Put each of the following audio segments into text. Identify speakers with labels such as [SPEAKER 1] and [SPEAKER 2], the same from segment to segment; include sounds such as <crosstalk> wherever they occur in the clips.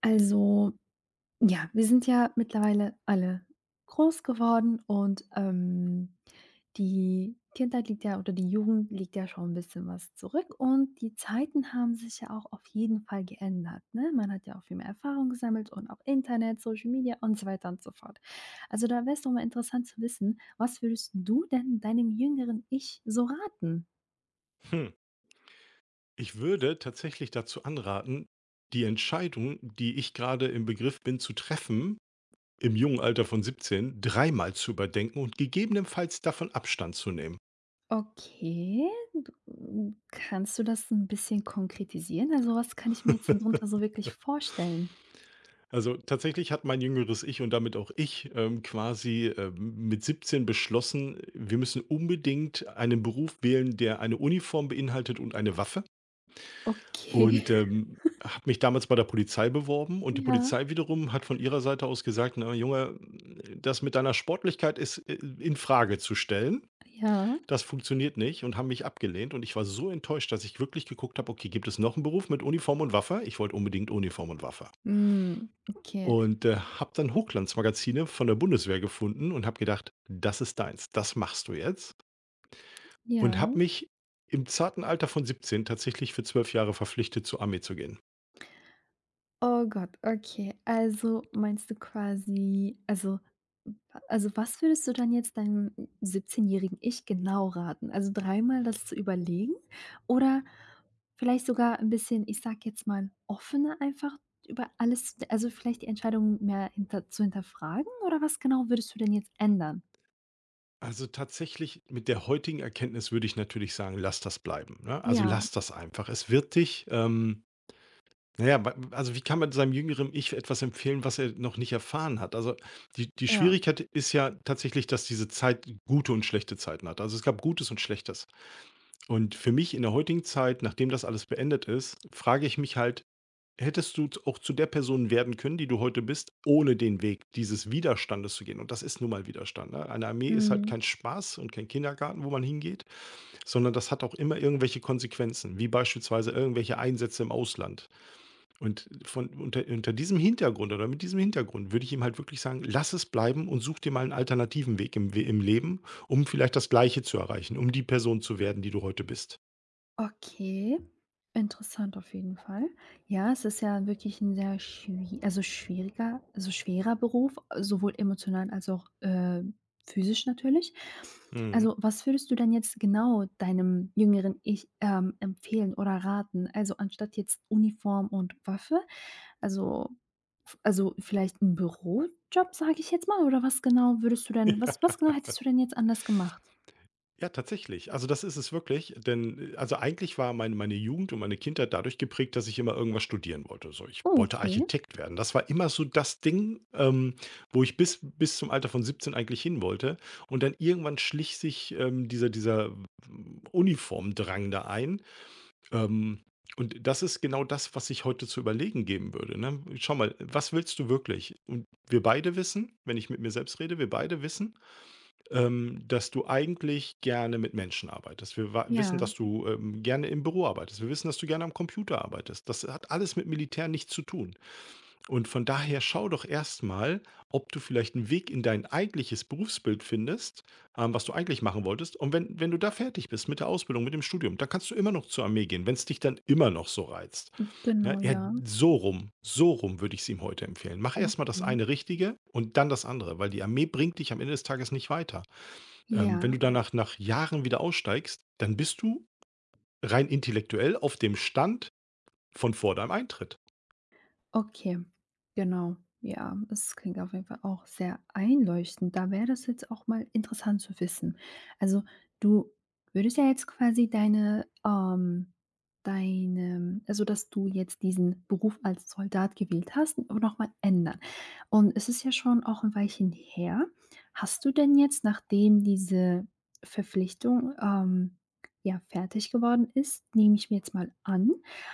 [SPEAKER 1] Also, ja, wir sind ja mittlerweile alle groß geworden und die Kindheit liegt ja, oder die Jugend liegt ja schon ein bisschen was zurück, und die Zeiten haben sich ja auch auf jeden Fall geändert, ne? Man hat ja auch viel mehr Erfahrung gesammelt und auch Internet, Social Media und so weiter und so fort. Also, da wäre es doch mal interessant zu wissen, was würdest du denn deinem jüngeren Ich so raten?
[SPEAKER 2] Hm. Ich würde tatsächlich dazu anraten, die Entscheidung, die ich gerade im Begriff bin zu treffen, im jungen Alter von 17, dreimal zu überdenken und gegebenenfalls davon Abstand zu nehmen.
[SPEAKER 1] Okay, kannst du das ein bisschen konkretisieren? Also, was kann ich mir jetzt
[SPEAKER 2] <laughs>
[SPEAKER 1] darunter so wirklich vorstellen?
[SPEAKER 2] Also tatsächlich hat mein jüngeres Ich und damit auch ich quasi mit 17 beschlossen, wir müssen unbedingt einen Beruf wählen, der eine Uniform beinhaltet und eine Waffe.
[SPEAKER 1] Okay,
[SPEAKER 2] Und,
[SPEAKER 1] <laughs>
[SPEAKER 2] habe mich damals bei der Polizei beworben, und die
[SPEAKER 1] ja,
[SPEAKER 2] Polizei wiederum hat von ihrer Seite aus gesagt: „Na Junge, das mit deiner Sportlichkeit ist, in Frage zu stellen.
[SPEAKER 1] ja.
[SPEAKER 2] Das funktioniert nicht“, und haben mich abgelehnt. Und ich war so enttäuscht, dass ich wirklich geguckt habe: „Okay, gibt es noch einen Beruf mit Uniform und Waffe?“ Ich wollte unbedingt Uniform und Waffe.
[SPEAKER 1] Hm, okay,
[SPEAKER 2] Und, habe dann Hochglanzmagazine von der Bundeswehr gefunden und habe gedacht: „Das ist deins. Das machst du jetzt.“ Und
[SPEAKER 1] ja.
[SPEAKER 2] habe mich im zarten Alter von 17 tatsächlich für 12 Jahre verpflichtet, zur Armee zu gehen.
[SPEAKER 1] Oh Gott, okay. Also meinst du quasi also was würdest du dann jetzt deinem 17-jährigen Ich genau raten? Also dreimal das zu überlegen, oder vielleicht sogar ein bisschen, ich sage jetzt mal, offener, einfach über alles, also vielleicht die Entscheidung mehr hinter zu hinterfragen, oder was genau würdest du denn jetzt ändern?
[SPEAKER 2] Also tatsächlich mit der heutigen Erkenntnis würde ich natürlich sagen: „Lass das bleiben“, ne? Also,
[SPEAKER 1] Ja,
[SPEAKER 2] lass das einfach. Es wird dich, naja, wa also wie kann man seinem jüngeren Ich etwas empfehlen, was er noch nicht erfahren hat? Also die
[SPEAKER 1] ja.
[SPEAKER 2] Schwierigkeit ist ja tatsächlich, dass diese Zeit gute und schlechte Zeiten hat. Also es gab Gutes und Schlechtes. Und für mich in der heutigen Zeit, nachdem das alles beendet ist, frage ich mich halt: „Hättest du auch zu der Person werden können, die du heute bist, ohne den Weg dieses Widerstandes zu gehen?“ Und das ist nun mal Widerstand, ne? Eine Armee ist halt kein
[SPEAKER 1] Mhm.
[SPEAKER 2] Spaß und kein Kindergarten, wo man hingeht, sondern das hat auch immer irgendwelche Konsequenzen, wie beispielsweise irgendwelche Einsätze im Ausland. Und von unter diesem Hintergrund oder mit diesem Hintergrund würde ich ihm halt wirklich sagen: „Lass es bleiben und such dir mal einen alternativen Weg im We im Leben, um vielleicht das Gleiche zu erreichen, um die Person zu werden, die du heute bist.“
[SPEAKER 1] Okay, interessant auf jeden Fall. Ja, es ist ja wirklich ein schwieriger also schwerer Beruf, sowohl emotional als auch, physisch natürlich.
[SPEAKER 2] Mhm.
[SPEAKER 1] Also, was würdest du denn jetzt genau deinem jüngeren Ich, empfehlen oder raten? Also, anstatt jetzt Uniform und Waffe, also v also, vielleicht ein Bürojob, sage ich jetzt mal, oder was genau würdest du denn was genau
[SPEAKER 2] <laughs>
[SPEAKER 1] hättest du denn jetzt anders
[SPEAKER 2] Ja.
[SPEAKER 1] gemacht?
[SPEAKER 2] Ja, tatsächlich. Also, das ist es wirklich, denn also eigentlich war meine Jugend und meine Kindheit dadurch geprägt, dass ich immer irgendwas studieren wollte. So, ich
[SPEAKER 1] Oh,
[SPEAKER 2] wollte
[SPEAKER 1] okay.
[SPEAKER 2] Architekt werden. Das war immer so das Ding, wo ich bis zum Alter von 17 eigentlich hin wollte, und dann irgendwann schlich sich, dieser dieser w Uniformdrang da ein. Ähm, und das ist genau das, was ich heute zu überlegen geben würde, ne? Schau mal, was willst du wirklich? Und wir beide wissen, wenn ich mit mir selbst rede, wir beide wissen, dass du eigentlich gerne mit Menschen arbeitest. Wir wissen,
[SPEAKER 1] Ja,
[SPEAKER 2] dass du gerne im Büro arbeitest. Wir wissen, dass du gerne am Computer arbeitest. Das hat alles mit Militär nichts zu tun. Und von daher schau doch erstmal, ob du vielleicht einen Weg in dein eigentliches Berufsbild findest, was du eigentlich machen wolltest. Und wenn du da fertig bist mit der Ausbildung, mit dem Studium, dann kannst du immer noch zur Armee gehen, wenn es dich dann immer noch so reizt. Ja,
[SPEAKER 1] genau,
[SPEAKER 2] eher
[SPEAKER 1] ja.
[SPEAKER 2] so rum würde ich es ihm heute empfehlen. Mach erstmal das
[SPEAKER 1] Okay.
[SPEAKER 2] eine Richtige und dann das andere, weil die Armee bringt dich am Ende des Tages nicht weiter. Wenn du
[SPEAKER 1] Ja,
[SPEAKER 2] danach nach Jahren wieder aussteigst, dann bist du rein intellektuell auf dem Stand von vor deinem Eintritt.
[SPEAKER 1] okay, genau. Ja, es klingt auf jeden Fall auch sehr einleuchtend. Da wäre das jetzt auch mal interessant zu wissen. Also, du würdest ja jetzt quasi deine also, dass du jetzt diesen Beruf als Soldat gewählt hast, aber noch mal ändern. Und es ist ja schon auch ein Weilchen her. Hast du denn jetzt, nachdem diese Verpflichtung, ja, fertig geworden ist, nehme ich mir jetzt mal an,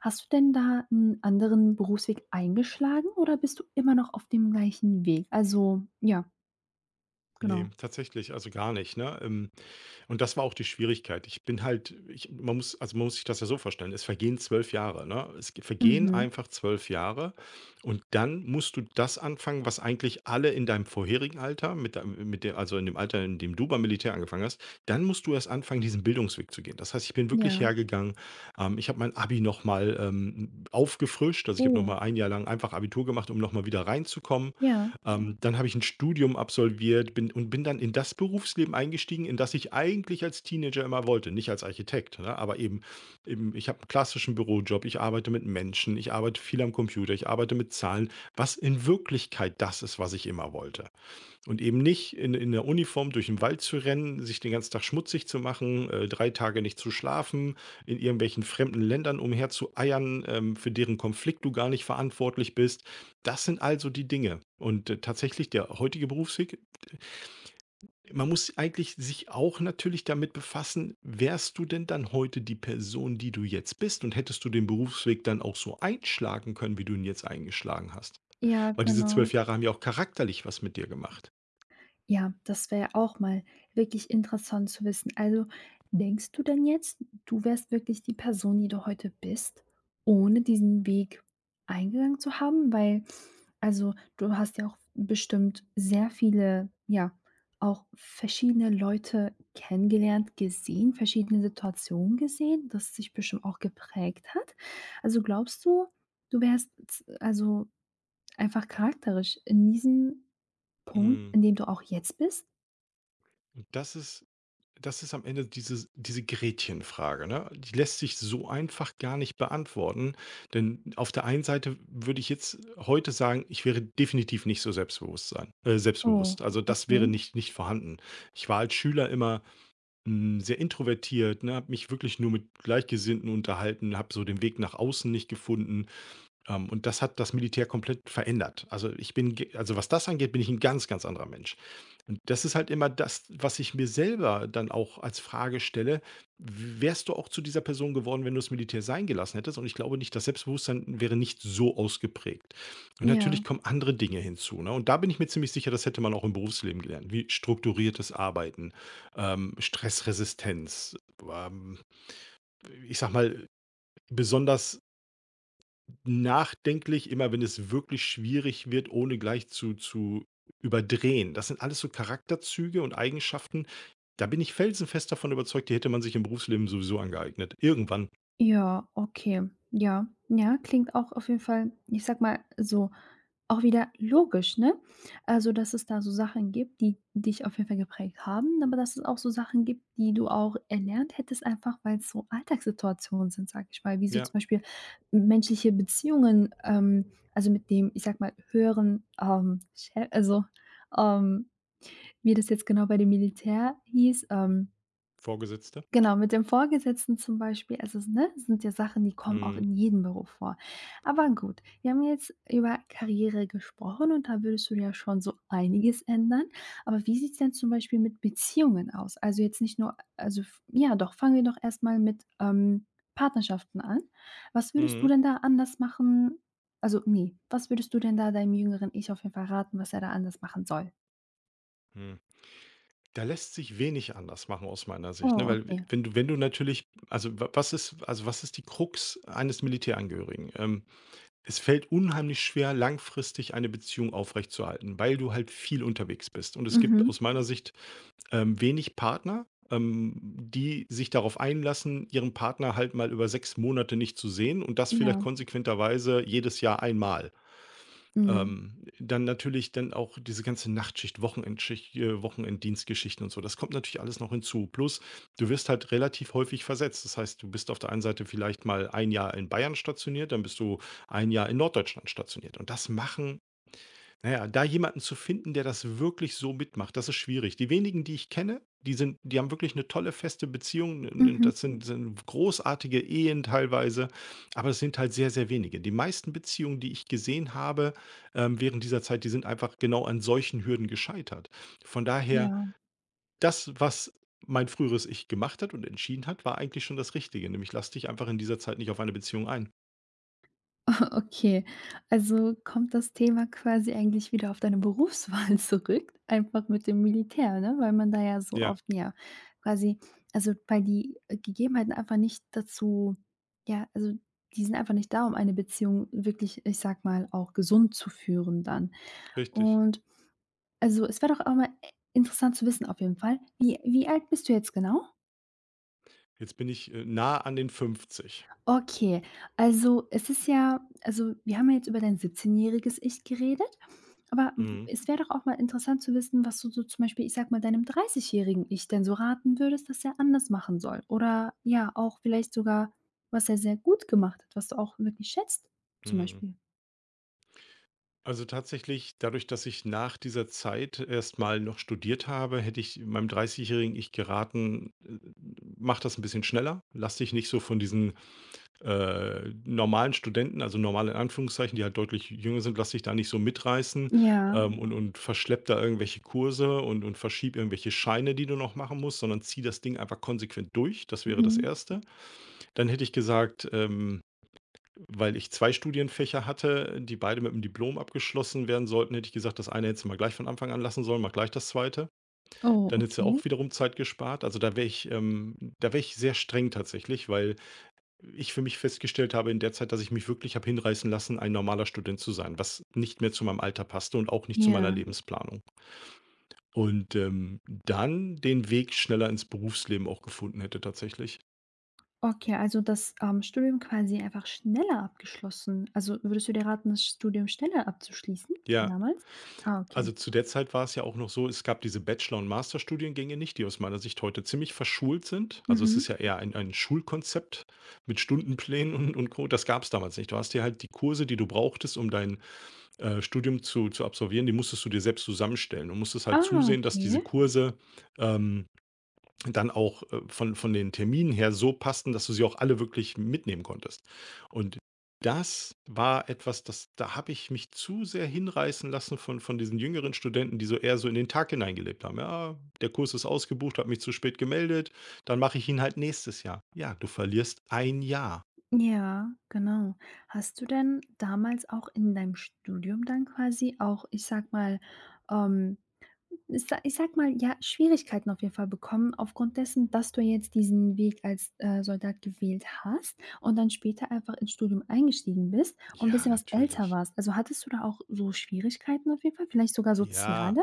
[SPEAKER 1] hast du denn da einen anderen Berufsweg eingeschlagen oder bist du immer noch auf dem gleichen Weg? Also ja,
[SPEAKER 2] Ne,
[SPEAKER 1] genau.
[SPEAKER 2] tatsächlich, also gar nicht, ne? Und das war auch die Schwierigkeit. Ich bin halt ich man muss also, man muss sich das ja so vorstellen, es vergehen 12 Jahre, ne? Vergehen
[SPEAKER 1] Mhm.
[SPEAKER 2] einfach 12 Jahre, und dann musst du das anfangen, was eigentlich alle in deinem vorherigen Alter mit deinem mit der also in dem Alter, in dem du beim Militär angefangen hast, dann musst du erst anfangen, diesen Bildungsweg zu gehen. Das heißt, ich bin wirklich
[SPEAKER 1] Ja.
[SPEAKER 2] hergegangen, ich habe mein Abi noch mal, aufgefrischt, also ich habe noch
[SPEAKER 1] Oh,
[SPEAKER 2] mal ein Jahr lang einfach Abitur gemacht, um noch mal wieder reinzukommen.
[SPEAKER 1] ja.
[SPEAKER 2] Dann habe ich ein Studium absolviert, bin dann in das Berufsleben eingestiegen, in das ich eigentlich als Teenager immer wollte. Nicht als Architekt, ne, aber eben ich habe einen klassischen Bürojob, ich arbeite mit Menschen, ich arbeite viel am Computer, ich arbeite mit Zahlen, was in Wirklichkeit das ist, was ich immer wollte. Und eben nicht in der Uniform durch den Wald zu rennen, sich den ganzen Tag schmutzig zu machen, 3 Tage nicht zu schlafen, in irgendwelchen fremden Ländern umherzueiern, für deren Konflikt du gar nicht verantwortlich bist. Das sind also die Dinge. Und, tatsächlich der heutige Berufsweg, man muss eigentlich sich auch natürlich damit befassen: Wärst du denn dann heute die Person, die du jetzt bist? Und hättest du den Berufsweg dann auch so einschlagen können, wie du ihn jetzt eingeschlagen hast?
[SPEAKER 1] Ja,
[SPEAKER 2] Weil diese
[SPEAKER 1] genau.
[SPEAKER 2] 12 Jahre haben ja auch charakterlich was mit dir gemacht.
[SPEAKER 1] Ja, das wäre auch mal wirklich interessant zu wissen. Also, denkst du denn jetzt, du wärst wirklich die Person, die du heute bist, ohne diesen Weg eingegangen zu haben? Weil, also, du hast ja auch bestimmt sehr viele, ja, auch verschiedene Leute kennengelernt, gesehen, verschiedene Situationen gesehen, das sich bestimmt auch geprägt hat. Also glaubst du, du wärst, also einfach charakterisch in diesem Punkt,
[SPEAKER 2] Mhm.
[SPEAKER 1] in dem du auch jetzt bist?
[SPEAKER 2] Und das ist am Ende diese Gretchenfrage, ne? Die lässt sich so einfach gar nicht beantworten, denn auf der einen Seite würde ich jetzt heute sagen, ich wäre definitiv nicht so selbstbewusst sein
[SPEAKER 1] Oh,
[SPEAKER 2] selbstbewusst. Also, das wäre
[SPEAKER 1] okay.
[SPEAKER 2] nicht vorhanden. Ich war als Schüler immer, sehr introvertiert, ne, habe mich wirklich nur mit Gleichgesinnten unterhalten, habe so den Weg nach außen nicht gefunden, und das hat das Militär komplett verändert. Also, ich bin ge also, was das angeht, bin ich ein ganz, ganz anderer Mensch. Und das ist halt immer das, was ich mir selber dann auch als Frage stelle: wärst du auch zu dieser Person geworden, wenn du das Militär sein gelassen hättest?“ Und ich glaube nicht, das Selbstbewusstsein wäre nicht so ausgeprägt. Und natürlich
[SPEAKER 1] Ja,
[SPEAKER 2] kommen andere Dinge hinzu, ne? Und da bin ich mir ziemlich sicher, das hätte man auch im Berufsleben gelernt, wie strukturiertes Arbeiten, Stressresistenz, ähm, ich sag mal, besonders nachdenklich, immer wenn es wirklich schwierig wird, ohne gleich zu überdrehen. Das sind alles so Charakterzüge und Eigenschaften. Da bin ich felsenfest davon überzeugt, die hätte man sich im Berufsleben sowieso angeeignet. Irgendwann.
[SPEAKER 1] ja, okay. Ja, ja, klingt auch auf jeden Fall, ich sag mal so, auch wieder logisch, ne? Also, dass es da so Sachen gibt, die dich auf jeden Fall geprägt haben, aber dass es auch so Sachen gibt, die du auch erlernt hättest, einfach weil es so Alltagssituationen sind, sag ich mal, wie so zum
[SPEAKER 2] Ja,
[SPEAKER 1] Beispiel menschliche Beziehungen, also mit dem, ich sag mal, höheren, Chef, also, ähm wie das jetzt genau bei dem Militär hieß,
[SPEAKER 2] Vorgesetzte.
[SPEAKER 1] genau, mit dem Vorgesetzten zum Beispiel, also, s ne, sind ja Sachen, die kommen auch
[SPEAKER 2] Mhm.
[SPEAKER 1] in jedem Beruf vor. Aber gut, wir haben jetzt über Karriere gesprochen, und da würdest du ja schon so einiges ändern. Aber wie sieht's denn zum Beispiel mit Beziehungen aus? Also, jetzt nicht nur also, f ja doch, fangen wir doch erst mal mit, Partnerschaften an. Was würdest du
[SPEAKER 2] Mhm.
[SPEAKER 1] denn da anders machen, also, nee, was würdest du denn da deinem jüngeren Ich auf jeden Fall raten, was er da anders machen soll?
[SPEAKER 2] Mhm. Da lässt sich wenig anders machen aus meiner Sicht, ne?
[SPEAKER 1] Oh,
[SPEAKER 2] Weil
[SPEAKER 1] okay.
[SPEAKER 2] wenn du natürlich, also was ist, also was ist die Krux eines Militärangehörigen? Es fällt unheimlich schwer, langfristig eine Beziehung aufrechtzuerhalten, weil du halt viel unterwegs bist. Und es gibt
[SPEAKER 1] Mhm.
[SPEAKER 2] aus meiner Sicht wenig Partner, die sich darauf einlassen, ihren Partner halt mal über 6 Monate nicht zu sehen und das vielleicht
[SPEAKER 1] Ja.
[SPEAKER 2] konsequenterweise jedes Jahr einmal.
[SPEAKER 1] Mhm.
[SPEAKER 2] Dann natürlich dann auch diese ganze Nachtschicht, Wochenendschicht, Wochenenddienstgeschichten und so. Das kommt natürlich alles noch hinzu. Plus, du wirst halt relativ häufig versetzt. Das heißt, du bist auf der einen Seite vielleicht mal ein Jahr in Bayern stationiert, dann bist du ein Jahr in Norddeutschland stationiert. Und das machen naja, da jemanden zu finden, der das wirklich so mitmacht, das ist schwierig. Die wenigen, die ich kenne, die haben wirklich eine tolle feste Beziehung, und
[SPEAKER 1] Mhm.
[SPEAKER 2] das sind großartige Ehen teilweise, aber es sind halt sehr, sehr wenige. Die meisten Beziehungen, die ich gesehen habe, während dieser Zeit, die sind einfach genau an solchen Hürden gescheitert. Von daher,
[SPEAKER 1] Ja.
[SPEAKER 2] das, was mein früheres Ich gemacht hat und entschieden hat, war eigentlich schon das Richtige, nämlich lass dich einfach in dieser Zeit nicht auf eine Beziehung ein.
[SPEAKER 1] <laughs> Okay. Also kommt das Thema quasi eigentlich wieder auf deine Berufswahl <laughs> zurück, einfach mit dem Militär, ne? Weil man da ja so
[SPEAKER 2] Ja,
[SPEAKER 1] oft, ja, quasi also, weil die Gegebenheiten einfach nicht dazu, ja, also die sind einfach nicht da, um eine Beziehung wirklich, ich sag mal, auch gesund zu führen dann.
[SPEAKER 2] richtig.
[SPEAKER 1] Und also, es wäre doch auch mal, interessant zu wissen auf jeden Fall. Wie alt bist du jetzt genau?
[SPEAKER 2] Jetzt bin ich, nah an den 50.
[SPEAKER 1] Okay, also es ist ja, also wir haben ja jetzt über dein 17-jähriges Ich geredet, aber w
[SPEAKER 2] Mhm.
[SPEAKER 1] es wäre doch auch mal interessant zu wissen, was du so zum Beispiel, ich sag mal, deinem 30-jährigen Ich denn so raten würdest, dass er anders machen soll, oder ja, auch vielleicht sogar, was er sehr gut gemacht hat, was du auch wirklich schätzt zum
[SPEAKER 2] Mhm,
[SPEAKER 1] Beispiel.
[SPEAKER 2] also tatsächlich, dadurch, dass ich nach dieser Zeit erst mal noch studiert habe, hätte ich meinem dreißigjährigen jährigen Ich geraten, mach das ein bisschen schneller. Lass dich nicht so von normalen Studenten, also normal in Anführungszeichen, die halt deutlich jünger sind, lass dich da nicht so mitreißen,
[SPEAKER 1] Ja,
[SPEAKER 2] Mhm. Und verschlepp da irgendwelche Kurse und verschieb irgendwelche Scheine, die du noch machen musst, sondern zieh das Ding einfach konsequent durch. Das wäre das
[SPEAKER 1] mhm.
[SPEAKER 2] Erste. Dann hätte ich gesagt, weil ich 2 Studienfächer hatte, die beide mit dem Diplom abgeschlossen werden sollten, hätte ich gesagt, das eine hättest du mal gleich von Anfang an lassen sollen, mach gleich das zweite.
[SPEAKER 1] Oh,
[SPEAKER 2] Dann hättest du
[SPEAKER 1] okay.
[SPEAKER 2] auch wiederum Zeit gespart. Also, da wäre ich sehr streng tatsächlich, weil ich für mich festgestellt habe in der Zeit, dass ich mich wirklich habe hinreißen lassen, ein normaler Student zu sein, was nicht mehr zu meinem Alter passte und auch nicht zu meiner
[SPEAKER 1] Ja.
[SPEAKER 2] Lebensplanung. Und, dann den Weg schneller ins Berufsleben auch gefunden hätte tatsächlich.
[SPEAKER 1] Okay, also das, Studium quasi einfach schneller abgeschlossen. Also würdest du dir raten, das Studium schneller abzuschließen
[SPEAKER 2] Ja.
[SPEAKER 1] damals? Ah,
[SPEAKER 2] Also
[SPEAKER 1] okay.
[SPEAKER 2] zu der Zeit war es ja auch noch so, es gab diese Bachelor- und Masterstudiengänge nicht, die aus meiner Sicht heute ziemlich verschult sind. Also es
[SPEAKER 1] Mhm.
[SPEAKER 2] ist ja eher ein Schulkonzept mit Stundenplänen und Co. Das gab es damals nicht. Du hast dir halt die Kurse, die du brauchtest, um dein Studium zu absolvieren, die musstest du dir selbst zusammenstellen und musstest halt
[SPEAKER 1] Ah,
[SPEAKER 2] zusehen, dass diese
[SPEAKER 1] okay.
[SPEAKER 2] Kurse ähm, dann auch von den Terminen her so passten, dass du sie auch alle wirklich mitnehmen konntest. Und das war etwas, das, da habe ich mich zu sehr hinreißen lassen von diesen jüngeren Studenten, die so eher so in den Tag hineingelebt haben. Ja, der Kurs ist ausgebucht, habe mich zu spät gemeldet, dann mache ich ihn halt nächstes Jahr. Ja, du verlierst ein Jahr.
[SPEAKER 1] Ja, genau. Hast du denn damals auch in deinem Studium dann quasi auch, ich sag mal, ähm, ich sage mal, ja, Schwierigkeiten auf jeden Fall bekommen aufgrund dessen, dass du jetzt diesen Weg als, Soldat gewählt hast und dann später einfach ins Studium eingestiegen bist und ein
[SPEAKER 2] Ja,
[SPEAKER 1] bisschen was älter
[SPEAKER 2] natürlich.
[SPEAKER 1] warst? Also, hattest du da auch so Schwierigkeiten auf jeden Fall, vielleicht sogar
[SPEAKER 2] Ja,
[SPEAKER 1] soziale?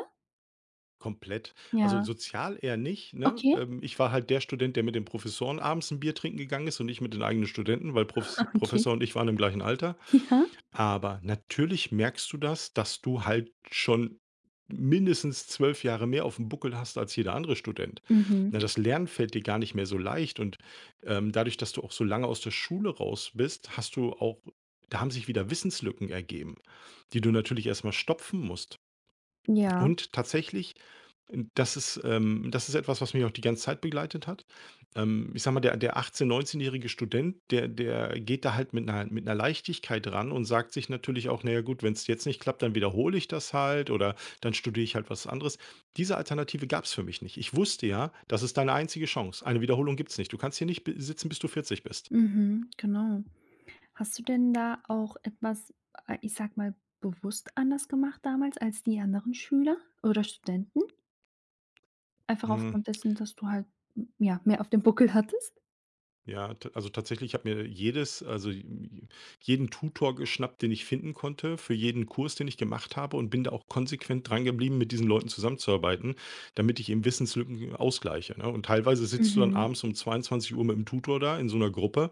[SPEAKER 2] komplett. Also,
[SPEAKER 1] Ja.
[SPEAKER 2] sozial eher nicht, ne?
[SPEAKER 1] Okay,
[SPEAKER 2] Ich war halt der Student, der mit den Professoren abends ein Bier trinken gegangen ist und nicht mit den eigenen Studenten, weil
[SPEAKER 1] <laughs> okay.
[SPEAKER 2] Professor und ich waren im gleichen Alter.
[SPEAKER 1] Ja.
[SPEAKER 2] Aber natürlich merkst du das, dass du halt schon mindestens 12 Jahre mehr auf dem Buckel hast als jeder andere Student. Ne,
[SPEAKER 1] Mhm.
[SPEAKER 2] das Lernen fällt dir gar nicht mehr so leicht, und, dadurch, dass du auch so lange aus der Schule raus bist, hast du auch da haben sich wieder Wissenslücken ergeben, die du natürlich erst mal stopfen musst.
[SPEAKER 1] Ja.
[SPEAKER 2] Und tatsächlich das ist etwas, was mich auch die ganze Zeit begleitet hat. Ich sage mal, der 18 neunzehnjährige jährige Student, der geht da halt mit einer Leichtigkeit ran und sagt sich natürlich auch: „Na ja gut, wenn es jetzt nicht klappt, dann wiederhole ich das halt oder dann studiere ich halt was anderes.“ Diese Alternative gab es für mich nicht. Ich wusste ja, das ist deine einzige Chance. Eine Wiederholung gibt's nicht. Du kannst hier nicht b sitzen, bis du 40 bist.
[SPEAKER 1] Mhm, genau. Hast du denn da auch etwas, ich sag mal, bewusst anders gemacht damals als die anderen Schüler oder Studenten? Einfach
[SPEAKER 2] Mhm.
[SPEAKER 1] aufgrund dessen, dass du halt, m ja, mehr auf dem Buckel hattest?
[SPEAKER 2] Ja, t also tatsächlich, ich habe mir jedes also j jeden Tutor geschnappt, den ich finden konnte, für jeden Kurs, den ich gemacht habe, und bin da auch konsequent dran geblieben, mit diesen Leuten zusammenzuarbeiten, damit ich eben Wissenslücken ausgleiche, ne? Und teilweise sitzt du dann
[SPEAKER 1] Mhm.
[SPEAKER 2] abends um 22 Uhr mit dem Tutor da in so einer Gruppe,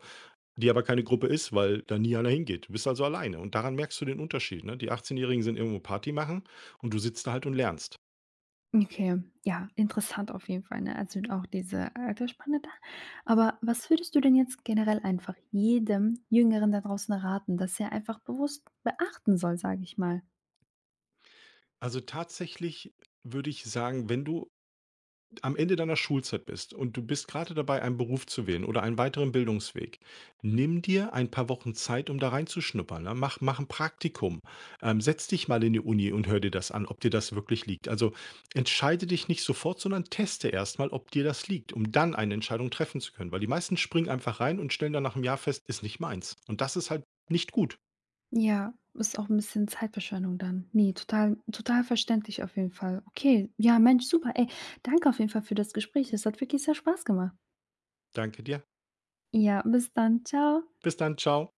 [SPEAKER 2] die aber keine Gruppe ist, weil da nie einer hingeht. Du bist also alleine, und daran merkst du den Unterschied, ne? Die Achtzehnjährigen sind irgendwo Party machen, und du sitzt da halt und lernst.
[SPEAKER 1] Okay, ja, interessant auf jeden Fall, ne? Also, auch diese Altersspanne da. Aber was würdest du denn jetzt generell einfach jedem Jüngeren da draußen raten, dass er einfach bewusst beachten soll, sage ich mal?
[SPEAKER 2] Also tatsächlich würde ich sagen, wenn du am Ende deiner Schulzeit bist und du bist gerade dabei, einen Beruf zu wählen oder einen weiteren Bildungsweg, nimm dir ein paar Wochen Zeit, um da reinzuschnuppern. Ne? Mach, mach ein Praktikum. Setz dich mal in die Uni und hör dir das an, ob dir das wirklich liegt. Also entscheide dich nicht sofort, sondern teste erstmal, ob dir das liegt, um dann eine Entscheidung treffen zu können. Weil die meisten springen einfach rein und stellen dann nach einem Jahr fest, ist nicht meins. Und das ist halt nicht gut.
[SPEAKER 1] Ja, ist auch ein bisschen Zeitverschwendung dann. Ne, total verständlich auf jeden Fall. Okay, ja, Mensch, super. Ey, danke auf jeden Fall für das Gespräch. Es hat wirklich sehr Spaß gemacht.
[SPEAKER 2] Danke dir.
[SPEAKER 1] Ja, bis dann. Ciao.
[SPEAKER 2] Bis dann. Ciao.